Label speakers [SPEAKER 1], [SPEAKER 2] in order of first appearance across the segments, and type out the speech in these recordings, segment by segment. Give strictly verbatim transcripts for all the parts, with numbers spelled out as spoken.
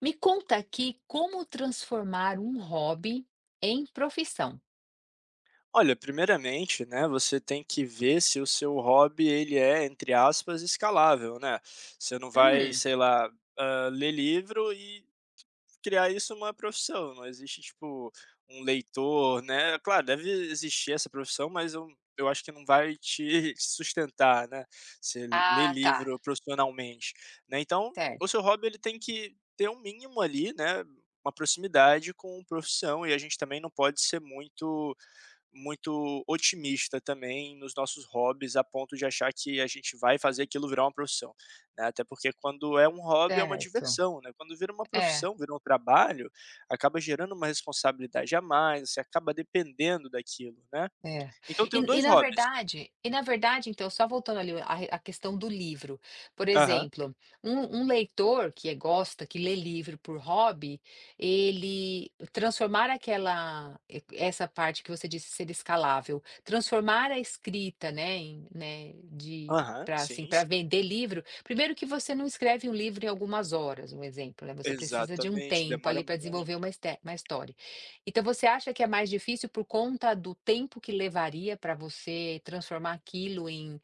[SPEAKER 1] Me conta aqui como transformar um hobby em profissão.
[SPEAKER 2] Olha, primeiramente, né, você tem que ver se o seu hobby ele é, entre aspas, escalável, né? Você não vai,
[SPEAKER 1] Hum.
[SPEAKER 2] sei lá, ah, ler livro e criar isso uma profissão. Não existe, tipo, um leitor, né? Claro, deve existir essa profissão, mas eu, eu acho que não vai te sustentar, né? Você ler
[SPEAKER 1] Ah, tá.
[SPEAKER 2] livro profissionalmente, né? Então, o
[SPEAKER 1] Certo,
[SPEAKER 2] seu hobby ele tem que ter um mínimo ali, né? Uma proximidade com profissão e a gente também não pode ser muito muito otimista também nos nossos hobbies, a ponto de achar que a gente vai fazer aquilo virar uma profissão, né, até porque quando é um hobby é uma
[SPEAKER 1] certo.
[SPEAKER 2] diversão, né, quando vira uma
[SPEAKER 1] É.
[SPEAKER 2] profissão, vira um trabalho, acaba gerando uma responsabilidade a mais, você acaba dependendo daquilo, né.
[SPEAKER 1] É.
[SPEAKER 2] Então eu tenho
[SPEAKER 1] E e
[SPEAKER 2] dois
[SPEAKER 1] na
[SPEAKER 2] hobbies.
[SPEAKER 1] verdade e na verdade, então, só voltando ali a re a questão do livro, por
[SPEAKER 2] Aham,
[SPEAKER 1] exemplo, um um leitor que é gosta, que lê livro por hobby, ele transformar aquela e essa parte que você disse ser escalável, transformar a escrita, né, em né, de
[SPEAKER 2] aham,
[SPEAKER 1] para assim,
[SPEAKER 2] sim,
[SPEAKER 1] para
[SPEAKER 2] sim.
[SPEAKER 1] vender livro, primeiro que você não escreve um livro em algumas horas, um exemplo, né, você precisa de um
[SPEAKER 2] Exatamente,
[SPEAKER 1] tempo ali
[SPEAKER 2] demora
[SPEAKER 1] para desenvolver
[SPEAKER 2] muito.
[SPEAKER 1] uma este uma história. Então você acha que é mais difícil por conta do tempo que levaria para você transformar aquilo em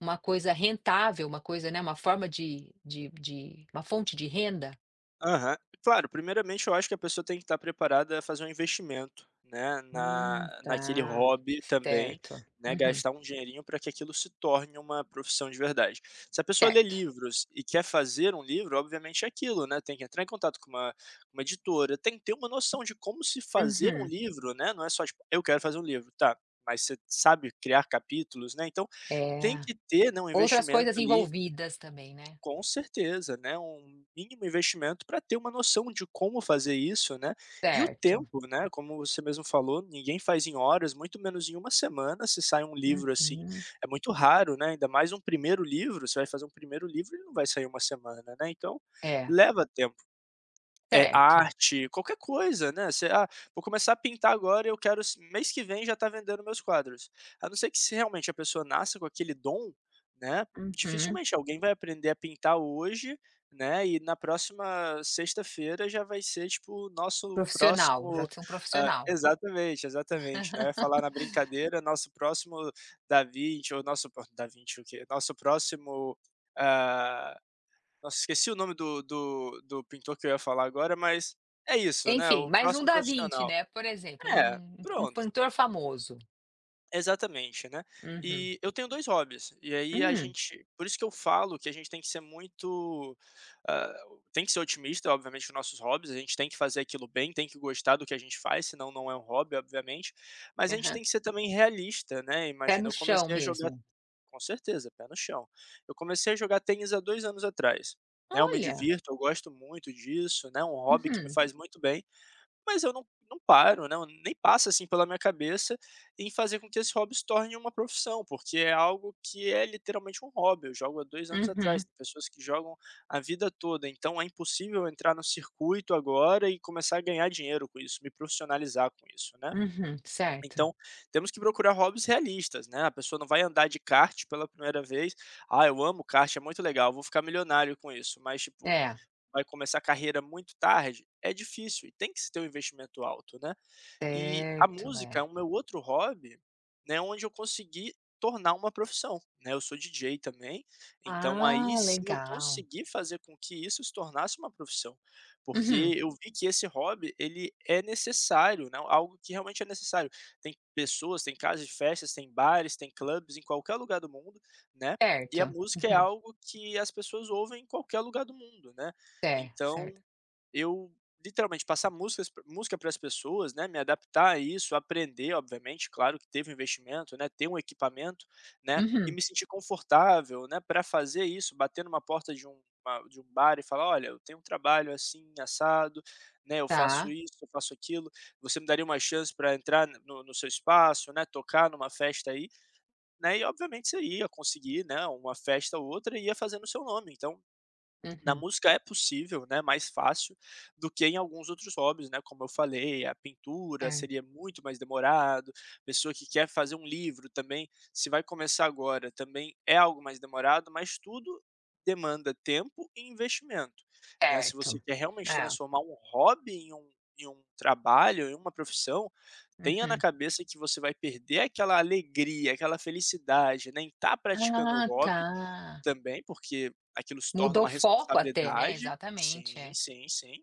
[SPEAKER 1] uma coisa rentável, uma coisa, né, uma forma de de de uma fonte de renda?
[SPEAKER 2] Aham. Claro, primeiramente eu acho que a pessoa tem que estar preparada a fazer um investimento, né,
[SPEAKER 1] Hum,
[SPEAKER 2] na naquele
[SPEAKER 1] tá.
[SPEAKER 2] hobby também,
[SPEAKER 1] Certo.
[SPEAKER 2] né,
[SPEAKER 1] Uhum.
[SPEAKER 2] gastar um dinheirinho para que aquilo se torne uma profissão de verdade. Se a pessoa lê
[SPEAKER 1] Certo.
[SPEAKER 2] livros e quer fazer um livro, obviamente é aquilo, né, tem que entrar em contato com uma uma editora, tem que ter uma noção de como se fazer um
[SPEAKER 1] Uhum.
[SPEAKER 2] livro, né, não é só tipo: "Eu quero fazer um livro", tá, mas você sabe criar capítulos, né, então tem
[SPEAKER 1] É.
[SPEAKER 2] que ter, né, um
[SPEAKER 1] Outras
[SPEAKER 2] investimento
[SPEAKER 1] coisas
[SPEAKER 2] ali
[SPEAKER 1] envolvidas também, né.
[SPEAKER 2] com certeza, né, um mínimo investimento para ter uma noção de como fazer isso, né, e o
[SPEAKER 1] Certo.
[SPEAKER 2] tempo, né, como você mesmo falou, ninguém faz em horas, muito menos em uma semana, se sai um livro assim,
[SPEAKER 1] Uhum.
[SPEAKER 2] é muito raro, né, ainda mais um primeiro livro, você vai fazer um primeiro livro, ele não vai sair em uma semana, né, então,
[SPEAKER 1] É.
[SPEAKER 2] leva tempo. É,
[SPEAKER 1] Certo.
[SPEAKER 2] arte, qualquer coisa, né, você: "Ah, vou começar a pintar agora e eu quero s mês que vem já tá vendendo meus quadros". A não ser que se realmente a pessoa nasça com aquele dom, né,
[SPEAKER 1] Uhum.
[SPEAKER 2] dificilmente alguém vai aprender a pintar hoje, né, e na próxima sexta-feira já vai ser, tipo, o nosso
[SPEAKER 1] Profissional, já
[SPEAKER 2] próximo
[SPEAKER 1] ser um
[SPEAKER 2] hã,
[SPEAKER 1] profissional.
[SPEAKER 2] exatamente, exatamente, né, eu ia falar na brincadeira, nosso próximo Da Vinci ou nosso pró Da Vinci o quê? Nosso próximo, ah, nossa, esqueci o nome do do do pintor que eu ia falar agora, mas é isso, né,
[SPEAKER 1] Enfim,
[SPEAKER 2] o
[SPEAKER 1] mais um
[SPEAKER 2] próximo
[SPEAKER 1] Da Vinci,
[SPEAKER 2] profissional.
[SPEAKER 1] né, por exemplo,
[SPEAKER 2] É,
[SPEAKER 1] um um
[SPEAKER 2] pronto,
[SPEAKER 1] pintor famoso.
[SPEAKER 2] exatamente, né.
[SPEAKER 1] Uhum.
[SPEAKER 2] E eu tenho dois hobbies, e aí a
[SPEAKER 1] Hum.
[SPEAKER 2] gente por isso que eu falo que a gente tem que ser muito, hã, tem que ser otimista, obviamente, com nossos hobbies, a gente tem que fazer aquilo bem, tem que gostar do que a gente faz, senão não é um hobby, obviamente, mas a gente
[SPEAKER 1] Aham.
[SPEAKER 2] tem que ser também realista, né.
[SPEAKER 1] Pé
[SPEAKER 2] Imagina,
[SPEAKER 1] no
[SPEAKER 2] eu
[SPEAKER 1] chão
[SPEAKER 2] comecei a jogar.
[SPEAKER 1] mesmo.
[SPEAKER 2] Com certeza, pé no chão. Eu comecei a jogar tênis há dois anos atrás, né, eu me
[SPEAKER 1] Olha!
[SPEAKER 2] divirto, eu gosto muito disso, né, um hobby que me
[SPEAKER 1] Uhum.
[SPEAKER 2] faz muito bem, mas eu não não paro, né, eu nem passa, assim, pela minha cabeça em fazer com que esse hobby se torne uma profissão, porque é algo que é literalmente um hobby, eu jogo há dois anos
[SPEAKER 1] Uhum.
[SPEAKER 2] atrás, tem pessoas que jogam a vida toda, então é impossível eu entrar no circuito agora e começar a ganhar dinheiro com isso, me profissionalizar com isso, né.
[SPEAKER 1] Uhum. Certo.
[SPEAKER 2] Então, temos que procurar hobbies realistas, né, a pessoa não vai andar de kart pela primeira vez, "Ah, eu amo kart, é muito legal, vou ficar milionário com isso", mas tipo,
[SPEAKER 1] É.
[SPEAKER 2] vai começar a carreira muito tarde, é difícil e tem que se ter um investimento alto, né. E a
[SPEAKER 1] Certo,
[SPEAKER 2] música é
[SPEAKER 1] é.
[SPEAKER 2] o meu outro hobby, né, onde eu consegui tornar uma profissão, né, eu sou D J também, então aí
[SPEAKER 1] Ah,
[SPEAKER 2] sim eu
[SPEAKER 1] legal.
[SPEAKER 2] consegui fazer com que isso se tornasse uma profissão, porque
[SPEAKER 1] Uhum.
[SPEAKER 2] eu vi que esse hobby ele é necessário, né, algo que realmente é necessário. Tem pessoas, tem casas de festas, tem bares, tem clubes em qualquer lugar do mundo, né, e a
[SPEAKER 1] Certo.
[SPEAKER 2] música é
[SPEAKER 1] Uhum.
[SPEAKER 2] algo que as pessoas ouvem em qualquer lugar do mundo, né.
[SPEAKER 1] É, certo.
[SPEAKER 2] Então, eu literalmente passar músicas música para as pessoas, né, me adaptar a isso, aprender obviamente, claro que teve um investimento, né, ter um equipamento, né, e
[SPEAKER 1] Uhum.
[SPEAKER 2] me sentir confortável, né, para fazer isso, bater numa porta de um uma- de um bar e falar: "Olha, eu tenho um trabalho assim, assado, né, eu faço
[SPEAKER 1] Tá.
[SPEAKER 2] isso, eu faço aquilo, você me daria uma chance para entrar no no seu espaço, né, tocar numa festa aí?", né, e obviamente você ia conseguir, né, uma festa ou outra e ia fazendo o seu nome, então, na
[SPEAKER 1] Uhum.
[SPEAKER 2] música é possível, né, mais fácil do que em alguns outros hobbies, né, como eu falei, a pintura
[SPEAKER 1] Certo.
[SPEAKER 2] seria muito mais demorado, pessoa que quer fazer um livro também, se vai começar agora, também é algo mais demorado, mas tudo demanda tempo e investimento, né. Se você
[SPEAKER 1] Certo.
[SPEAKER 2] quer realmente
[SPEAKER 1] É.
[SPEAKER 2] transformar um hobby em um em um trabalho, em uma profissão, tenha na
[SPEAKER 1] Uhum.
[SPEAKER 2] cabeça que você vai perder aquela alegria, aquela felicidade, né, em estar praticando o
[SPEAKER 1] Ah, tá.
[SPEAKER 2] hobby também, porque aquilo se torna
[SPEAKER 1] Mudou o
[SPEAKER 2] uma
[SPEAKER 1] foco até, né.
[SPEAKER 2] responsabilidade
[SPEAKER 1] Exatamente,
[SPEAKER 2] sim,
[SPEAKER 1] é.
[SPEAKER 2] sim, sim.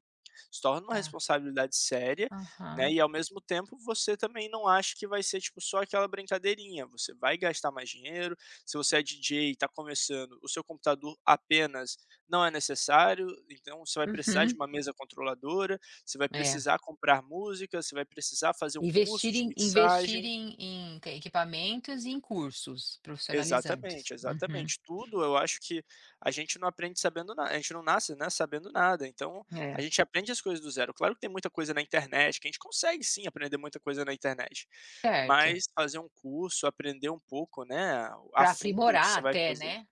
[SPEAKER 2] Se torna uma
[SPEAKER 1] Tá.
[SPEAKER 2] responsabilidade séria, né,
[SPEAKER 1] Aham.
[SPEAKER 2] e ao mesmo tempo você também não acha que vai ser, tipo, só aquela brincadeirinha, você vai gastar mais dinheiro, se você é D J e está começando, o seu computador apenas não é necessário, então você vai precisar de
[SPEAKER 1] Uhum.
[SPEAKER 2] uma mesa controladora, você vai
[SPEAKER 1] É.
[SPEAKER 2] precisar comprar música, você vai precisar fazer um curso
[SPEAKER 1] Investir
[SPEAKER 2] de
[SPEAKER 1] em investir
[SPEAKER 2] mixagem.
[SPEAKER 1] em em que equipamentos e em cursos profissionalizantes.
[SPEAKER 2] Exatamente,
[SPEAKER 1] Uhum.
[SPEAKER 2] exatamente. Tudo eu acho que a gente não aprende sabendo nada, a gente não nasce, né, sabendo nada, então a
[SPEAKER 1] É,
[SPEAKER 2] gente aprende as coisas do zero. Claro que tem muita coisa na internet, que a gente consegue sim aprender muita coisa na internet,
[SPEAKER 1] certo.
[SPEAKER 2] mas fazer um curso, aprender um pouco, né, a
[SPEAKER 1] Para
[SPEAKER 2] fundo o que
[SPEAKER 1] aprimorar
[SPEAKER 2] você vai
[SPEAKER 1] até,
[SPEAKER 2] fazer,
[SPEAKER 1] né.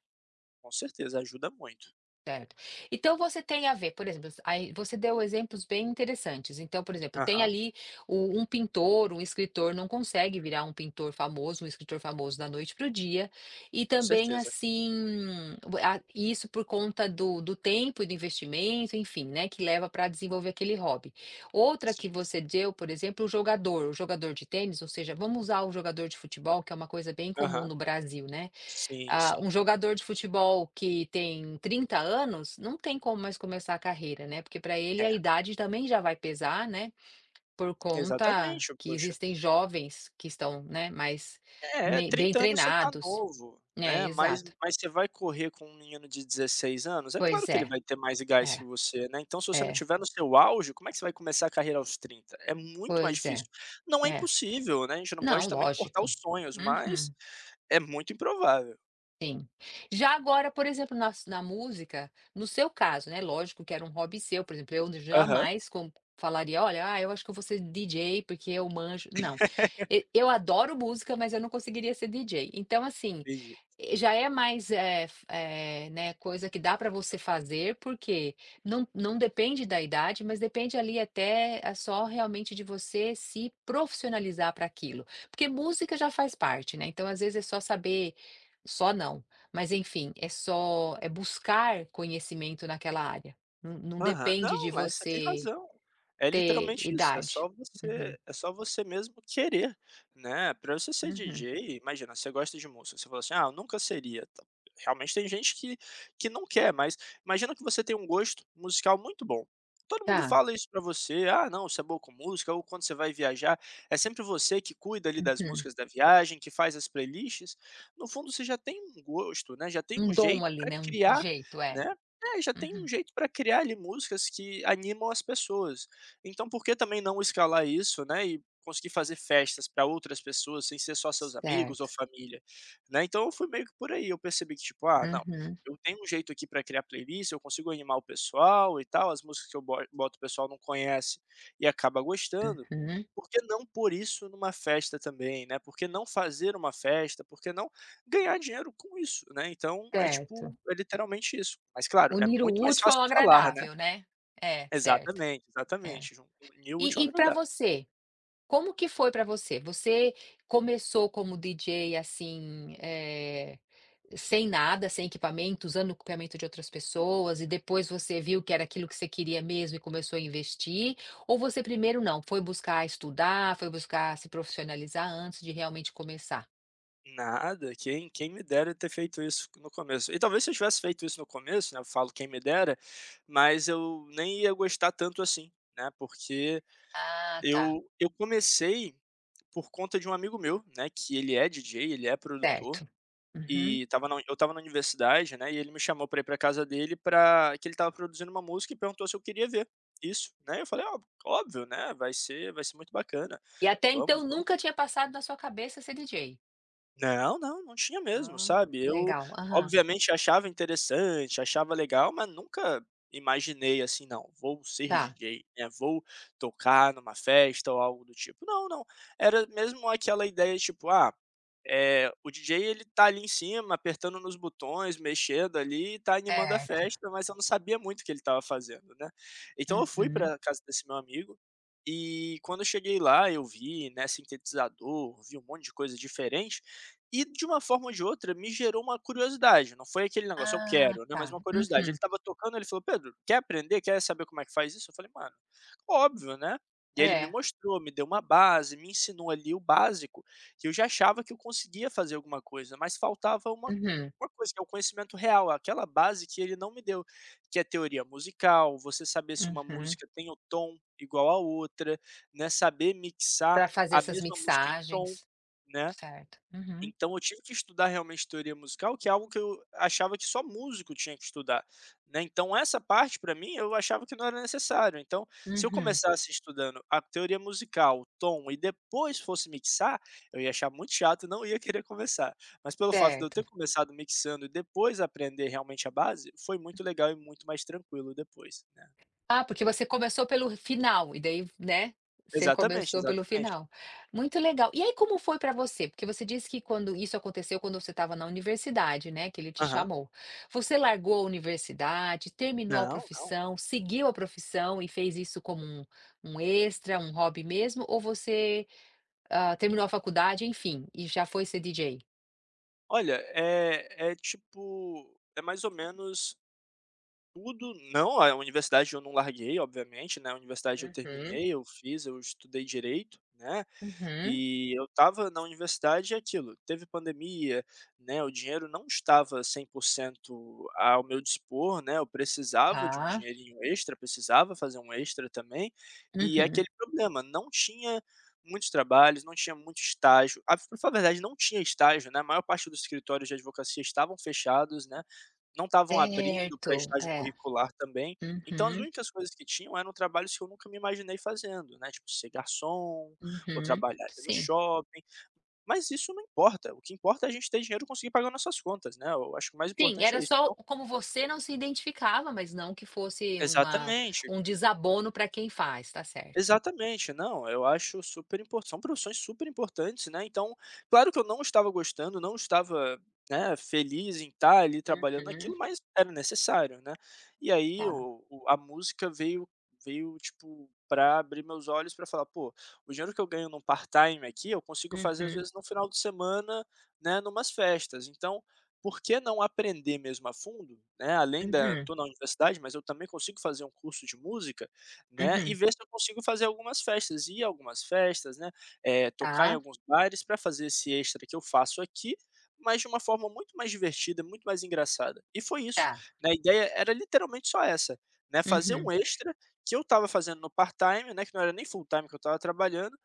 [SPEAKER 2] com certeza ajuda muito.
[SPEAKER 1] Certo. Então você tem a ver, por exemplo, aí você deu exemplos bem interessantes. Então, por exemplo, tem
[SPEAKER 2] Aham,
[SPEAKER 1] ali o- um pintor, um escritor não consegue virar um pintor famoso, um escritor famoso da noite para o dia, e
[SPEAKER 2] com
[SPEAKER 1] também
[SPEAKER 2] certeza.
[SPEAKER 1] assim, o- a- isso por conta do, do tempo e do investimento, enfim, né, que leva para desenvolver aquele hobby. Outra que
[SPEAKER 2] Sim.
[SPEAKER 1] você deu, por exemplo, o jogador, o jogador de tênis, ou seja, vamos usar o jogador de futebol, que é uma coisa bem comum
[SPEAKER 2] Aham.
[SPEAKER 1] no Brasil, né?
[SPEAKER 2] Sim,
[SPEAKER 1] Ah,
[SPEAKER 2] sim.
[SPEAKER 1] um jogador de futebol que tem trinta anos, não tem como mais começar a carreira, né, porque para ele
[SPEAKER 2] É,
[SPEAKER 1] a idade também já vai pesar, né, por conta
[SPEAKER 2] exatamente,
[SPEAKER 1] que
[SPEAKER 2] poxa.
[SPEAKER 1] existem jovens que estão, né, mais
[SPEAKER 2] É,
[SPEAKER 1] me bem
[SPEAKER 2] trinta anos você tá
[SPEAKER 1] treinados.
[SPEAKER 2] novo,
[SPEAKER 1] É,
[SPEAKER 2] né, mas
[SPEAKER 1] exato.
[SPEAKER 2] mas você vai correr com um menino de dezesseis anos? É claro
[SPEAKER 1] Pois
[SPEAKER 2] que
[SPEAKER 1] é,
[SPEAKER 2] ele vai ter mais
[SPEAKER 1] é,
[SPEAKER 2] gás que você, né, então se você não
[SPEAKER 1] é,
[SPEAKER 2] tiver no seu auge, como é que você vai começar a carreira aos trinta? É muito mais
[SPEAKER 1] pois é,
[SPEAKER 2] difícil. Não é
[SPEAKER 1] é.
[SPEAKER 2] impossível, né, a gente não
[SPEAKER 1] Não,
[SPEAKER 2] pode também cortar
[SPEAKER 1] lógico.
[SPEAKER 2] os sonhos, mas
[SPEAKER 1] Uhum.
[SPEAKER 2] é muito improvável.
[SPEAKER 1] Sim. Já agora, por exemplo, nas na música, no seu caso, né, lógico que era um hobby seu, por exemplo, eu
[SPEAKER 2] Aham.
[SPEAKER 1] jamais com falaria: "Olha, ah, eu acho que eu vou ser D J, porque eu manjo". Não. E eu adoro música, mas eu não conseguiria ser D J. Então, assim,
[SPEAKER 2] Entendi.
[SPEAKER 1] já é mais, é f eh, né, coisa que dá para você fazer, porque não não depende da idade, mas depende ali até é só realmente de você se profissionalizar para aquilo. Porque música já faz parte, né, então às vezes é só saber só não, mas enfim, é só é buscar conhecimento naquela área. Não não
[SPEAKER 2] Aham.
[SPEAKER 1] depende de
[SPEAKER 2] Não, mas você tem
[SPEAKER 1] você
[SPEAKER 2] razão. É
[SPEAKER 1] ter
[SPEAKER 2] literalmente isso, é
[SPEAKER 1] idade.
[SPEAKER 2] só
[SPEAKER 1] Uhum,
[SPEAKER 2] você é só você mesmo querer, né. Pra você ser
[SPEAKER 1] uhum.
[SPEAKER 2] D J, imagina, você gosta de música, você fala assim: "Ah, eu nunca seria", ta realmente tem gente que que não quer, mas imagina que você tem um gosto musical muito bom. Todo mundo
[SPEAKER 1] Tá.
[SPEAKER 2] fala isso pra você: "Ah, não, você é bom com música", ou quando você vai viajar, é sempre você que cuida ali das
[SPEAKER 1] Uhum.
[SPEAKER 2] músicas da viagem, que faz as playlists. No fundo, você já tem um gosto, né, já tem
[SPEAKER 1] Um
[SPEAKER 2] um
[SPEAKER 1] dom
[SPEAKER 2] jeito
[SPEAKER 1] ali,
[SPEAKER 2] pra
[SPEAKER 1] né, um
[SPEAKER 2] criar,
[SPEAKER 1] jeito, é.
[SPEAKER 2] né é, já tem
[SPEAKER 1] Uhum.
[SPEAKER 2] um jeito para criar ali músicas que animam as pessoas. Então por que também não escalar isso, né, e conseguir fazer festas para outras pessoas sem ser só seus amigos ou
[SPEAKER 1] Certo.
[SPEAKER 2] família, né. Então eu fui meio que por aí, eu percebi que tipo: "Ah não,
[SPEAKER 1] Uhum,
[SPEAKER 2] eu tenho um jeito aqui para criar playlist, eu consigo animar o pessoal e tal, as músicas que eu bo boto o pessoal não conhece e acaba gostando,
[SPEAKER 1] uhum.
[SPEAKER 2] por que não pôr isso numa festa também, né, por que não fazer uma festa, por que não ganhar dinheiro com isso, né, então é tipo,
[SPEAKER 1] Certo.
[SPEAKER 2] é literalmente isso. Mas claro, é
[SPEAKER 1] Unir o
[SPEAKER 2] muito mais
[SPEAKER 1] útil ao
[SPEAKER 2] fácil falar, né.
[SPEAKER 1] agradável, né. É, certo,
[SPEAKER 2] Exatamente,
[SPEAKER 1] é.
[SPEAKER 2] exatamente, jun unir o útil
[SPEAKER 1] E
[SPEAKER 2] ao
[SPEAKER 1] e pra
[SPEAKER 2] agradável.
[SPEAKER 1] você, como que foi para você? Você começou como D J, assim, eh, sem nada, sem equipamento, usando o equipamento de outras pessoas e depois você viu que era aquilo que você queria mesmo e começou a investir? Ou você primeiro não, foi buscar estudar, foi buscar se profissionalizar antes de realmente começar?
[SPEAKER 2] Nada, quem quem me dera ter feito isso no começo. E talvez se eu tivesse feito isso no começo, né, eu falo quem me dera, mas eu nem ia gostar tanto assim, né, porque
[SPEAKER 1] Ah, tá.
[SPEAKER 2] eu eu comecei por conta de um amigo meu, né, que ele é D J, ele é produtor.
[SPEAKER 1] Certo. Uhum.
[SPEAKER 2] E tava na eu tava na universidade, né, e ele me chamou pra ir pra casa dele pra que ele tava produzindo uma música e perguntou se eu queria ver isso, né, eu falei: "Ó, óbvio, né, vai ser vai ser muito bacana,
[SPEAKER 1] E até
[SPEAKER 2] vamos,
[SPEAKER 1] então
[SPEAKER 2] vamos".
[SPEAKER 1] nunca tinha passado na sua cabeça ser D J?
[SPEAKER 2] Não, não, não tinha mesmo,
[SPEAKER 1] Ah,
[SPEAKER 2] sabe. Eu
[SPEAKER 1] legal. Aham,
[SPEAKER 2] obviamente achava interessante, achava legal, mas nunca imaginei assim: "Não, vou ser
[SPEAKER 1] tá.
[SPEAKER 2] D J, né, vou tocar numa festa ou algo do tipo". Não, não, era mesmo aquela ideia tipo: "Ah, eh, o D J ele tá ali em cima, apertando nos botões, mexendo ali e tá animando a
[SPEAKER 1] Certo.
[SPEAKER 2] festa, mas eu não sabia muito o que ele estava fazendo, né. Então eu fui
[SPEAKER 1] Uhum.
[SPEAKER 2] pra casa desse meu amigo, e quando eu cheguei lá eu vi, né, sintetizador, vi um monte de coisa diferente, e de uma forma ou de outra me gerou uma curiosidade, não foi aquele negócio: "Eu
[SPEAKER 1] Ah,
[SPEAKER 2] quero", né, mas
[SPEAKER 1] tá.
[SPEAKER 2] uma curiosidade. Ele
[SPEAKER 1] Uhum.
[SPEAKER 2] estava tocando, ele falou: "Pedro, quer aprender? Quer saber como é que faz isso?" Eu falei: "Mano, óbvio, né". E aí ele me
[SPEAKER 1] É.
[SPEAKER 2] mostrou, me deu uma base, me ensinou ali o básico, que eu já achava que eu conseguia fazer alguma coisa, mas faltava uma
[SPEAKER 1] Uhum,
[SPEAKER 2] uma coisa, que é o conhecimento real, aquela base que ele não me deu, que é teoria musical, você saber se uma
[SPEAKER 1] uhum.
[SPEAKER 2] música tem o tom igual à outra, né, saber mixar
[SPEAKER 1] Pra fazer
[SPEAKER 2] a
[SPEAKER 1] essas
[SPEAKER 2] mesma música em tom,
[SPEAKER 1] mixagens.
[SPEAKER 2] né.
[SPEAKER 1] Certo. Uhum,
[SPEAKER 2] Então eu tive que estudar realmente teoria musical, que é algo que eu achava que só músico tinha que estudar, né. Então essa parte para mim eu achava que não era necessário. Então, se eu
[SPEAKER 1] uhum.
[SPEAKER 2] começasse estudando a teoria musical, o tom e depois fosse mixar, eu ia achar muito chato e não ia querer começar. Mas pelo fato de eu
[SPEAKER 1] Certo.
[SPEAKER 2] ter começado mixando e depois aprender realmente a base, foi muito legal e muito mais tranquilo depois, né.
[SPEAKER 1] Ah, porque você começou pelo final e daí, né, você
[SPEAKER 2] Exatamente,
[SPEAKER 1] começou pelo
[SPEAKER 2] exatamente.
[SPEAKER 1] final. Muito legal. E aí como foi para você? Porque você disse que quando isso aconteceu quando você estava na universidade, né, que ele te
[SPEAKER 2] Aham.
[SPEAKER 1] chamou. Você largou a universidade, terminou a
[SPEAKER 2] Não, não.
[SPEAKER 1] profissão, seguiu a profissão e fez isso como um um extra, um hobby mesmo, ou você, ah, terminou a faculdade, enfim, e já foi ser D J?
[SPEAKER 2] Olha, é é tipo, é mais ou menos. Tudo não, a universidade eu não larguei, obviamente, né, a universidade eu
[SPEAKER 1] Uhum,
[SPEAKER 2] terminei, eu fiz, eu estudei direito, né.
[SPEAKER 1] uhum,
[SPEAKER 2] E eu estava na universidade e aquilo, teve pandemia, né, o dinheiro não estava cem por cento ao meu dispor, né, eu precisava de um
[SPEAKER 1] tá.
[SPEAKER 2] dinheirinho extra, precisava fazer um extra também, e é
[SPEAKER 1] Uhum.
[SPEAKER 2] aquele problema, não tinha muitos trabalhos, não tinha muito estágio. Ah, pra falar a verdade, não tinha estágio, né, a maior parte dos escritórios de advocacia estavam fechados, né, não estavam abrindo para
[SPEAKER 1] Certo,
[SPEAKER 2] estágio
[SPEAKER 1] é.
[SPEAKER 2] curricular também. Então as
[SPEAKER 1] Uhum,
[SPEAKER 2] únicas coisas que tinham eram trabalhos que eu nunca me imaginei fazendo, né, tipo ser garçom, ou
[SPEAKER 1] uhum,
[SPEAKER 2] trabalhar no
[SPEAKER 1] sim.
[SPEAKER 2] shopping, mas isso não importa, o que importa é a gente ter dinheiro e conseguir pagar nossas contas, né, eu acho que o mais
[SPEAKER 1] Sim,
[SPEAKER 2] importante
[SPEAKER 1] era
[SPEAKER 2] é isso.
[SPEAKER 1] só
[SPEAKER 2] Então
[SPEAKER 1] como você não se identificava, mas não que fosse uma
[SPEAKER 2] exatamente.
[SPEAKER 1] um desabono para quem faz, tá certo.
[SPEAKER 2] Exatamente, não, eu acho super impor são profissões super importantes, né, então, claro que eu não estava gostando, não estava, né, feliz em estar ali trabalhando
[SPEAKER 1] Uhum,
[SPEAKER 2] naquilo, mas era necessário, né. E aí
[SPEAKER 1] tá.
[SPEAKER 2] o o a música veio veio, tipo, para abrir meus olhos para falar: "Pô, o dinheiro que eu ganho num part-time aqui, eu consigo fazer às
[SPEAKER 1] Uhum,
[SPEAKER 2] vezes no final de semana, né, numas festas, então, por que não aprender mesmo a fundo, né, além da
[SPEAKER 1] uhum,
[SPEAKER 2] tô na universidade, mas eu também consigo fazer um curso de música, né, e
[SPEAKER 1] uhum.
[SPEAKER 2] ver se eu consigo fazer algumas festas, ir a algumas festas, né, eh, tocar em
[SPEAKER 1] Tá,
[SPEAKER 2] alguns bares para fazer esse extra que eu faço aqui, mas de uma forma muito mais divertida, muito mais engraçada. E foi isso,
[SPEAKER 1] tá.
[SPEAKER 2] né, a ideia era literalmente só essa, né, fazer
[SPEAKER 1] Uhum,
[SPEAKER 2] um extra que eu estava fazendo no part-time, né, que não era nem full-time que eu estava trabalhando,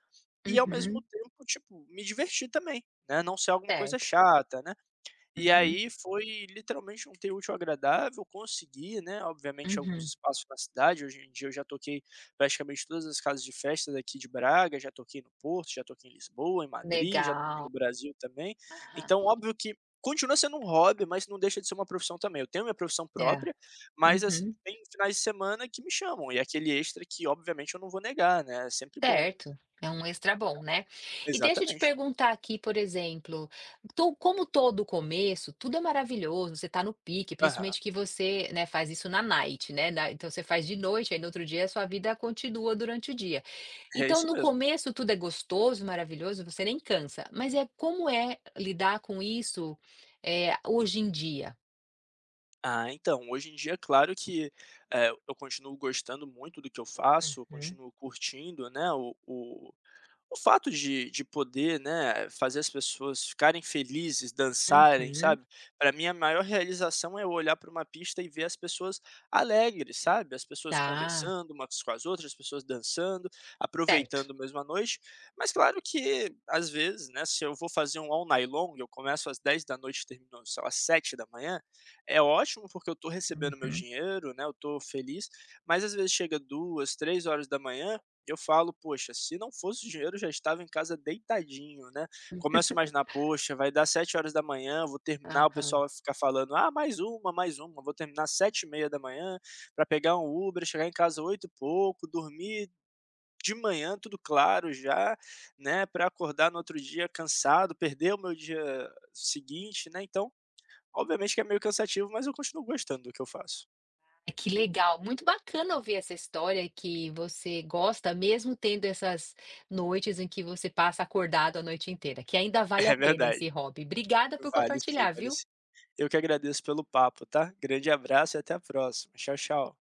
[SPEAKER 2] e ao mesmo
[SPEAKER 1] uhum.
[SPEAKER 2] tempo, tipo, me divertir também, né, não ser alguma coisa
[SPEAKER 1] Certo.
[SPEAKER 2] chata, né. E
[SPEAKER 1] Uhum,
[SPEAKER 2] aí foi literalmente um ter útil ao agradável, consegui, né, obviamente alguns
[SPEAKER 1] uhum.
[SPEAKER 2] espaços na cidade, hoje em dia eu já toquei praticamente todas as casas de festa daqui de Braga, já toquei no Porto, já toquei em Lisboa, em Madrid, já toquei
[SPEAKER 1] Legal.
[SPEAKER 2] no Brasil também.
[SPEAKER 1] Aham.
[SPEAKER 2] Então, óbvio que continua sendo um hobby, mas não deixa de ser uma profissão também. Eu tenho minha profissão
[SPEAKER 1] É.
[SPEAKER 2] própria, mas assim,
[SPEAKER 1] Uhum.
[SPEAKER 2] tem finais de semana que me chamam, e é aquele extra que obviamente eu não vou negar, né, é sempre bom.
[SPEAKER 1] Certo, é um extra bom, né. E deixa eu te
[SPEAKER 2] Exatamente.
[SPEAKER 1] perguntar aqui, por exemplo, to como todo começo, tudo é maravilhoso, você tá no pique,
[SPEAKER 2] Aham,
[SPEAKER 1] principalmente que você, né, faz isso na night, né, na então você faz de noite, aí no outro dia a sua vida continua durante o dia.
[SPEAKER 2] é
[SPEAKER 1] Então
[SPEAKER 2] isso
[SPEAKER 1] no
[SPEAKER 2] mesmo.
[SPEAKER 1] começo tudo é gostoso, maravilhoso, você nem cansa, mas é como é lidar com isso, eh, hoje em dia?
[SPEAKER 2] Ah, então, hoje em dia, claro que, eh, eu continuo gostando muito do que eu faço, eu
[SPEAKER 1] Uhum,
[SPEAKER 2] continuo curtindo, né, o o o fato de de poder, né, fazer as pessoas ficarem felizes, dançarem,
[SPEAKER 1] uhum,
[SPEAKER 2] sabe, para mim a maior realização é eu olhar para uma pista e ver as pessoas alegres, sabe, as pessoas
[SPEAKER 1] tá,
[SPEAKER 2] conversando umas com as outras, as pessoas dançando,
[SPEAKER 1] certo.
[SPEAKER 2] aproveitando mesmo a noite. Mas claro que, às vezes, né, se eu vou fazer um all night long, eu começo às vinte e duas horas e termino, sei lá, às sete horas, é ótimo porque eu tô recebendo meu
[SPEAKER 1] Uhum,
[SPEAKER 2] dinheiro, né, eu tô feliz, mas às vezes chega duas três horas da manhã eu falo: "Poxa, se não fosse o dinheiro, eu já estava em casa deitadinho", né.
[SPEAKER 1] hum,
[SPEAKER 2] Começo a imaginar: "Poxa, vai dar sete horas da manhã, vou terminar", o
[SPEAKER 1] aham.
[SPEAKER 2] pessoal vai ficar falando: "Ah, mais uma, mais uma", vou terminar sete e meia da manhã para pegar um Uber, chegar em casa oito e pouco, dormir de manhã, tudo claro já, né, Para acordar no outro dia cansado, perder o meu dia seguinte, né. Então, obviamente que é meio cansativo, mas eu continuo gostando do que eu faço.
[SPEAKER 1] Ai, que legal, muito bacana ouvir essa história que você gosta, mesmo tendo essas noites em que você passa acordado a noite inteira, que ainda vale a
[SPEAKER 2] É
[SPEAKER 1] pena
[SPEAKER 2] verdade.
[SPEAKER 1] esse hobby. Obrigada por
[SPEAKER 2] Vale sim,
[SPEAKER 1] compartilhar,
[SPEAKER 2] vale
[SPEAKER 1] viu?
[SPEAKER 2] sim. Eu que agradeço pelo papo, tá? Grande abraço e até a próxima. Tchau, tchau.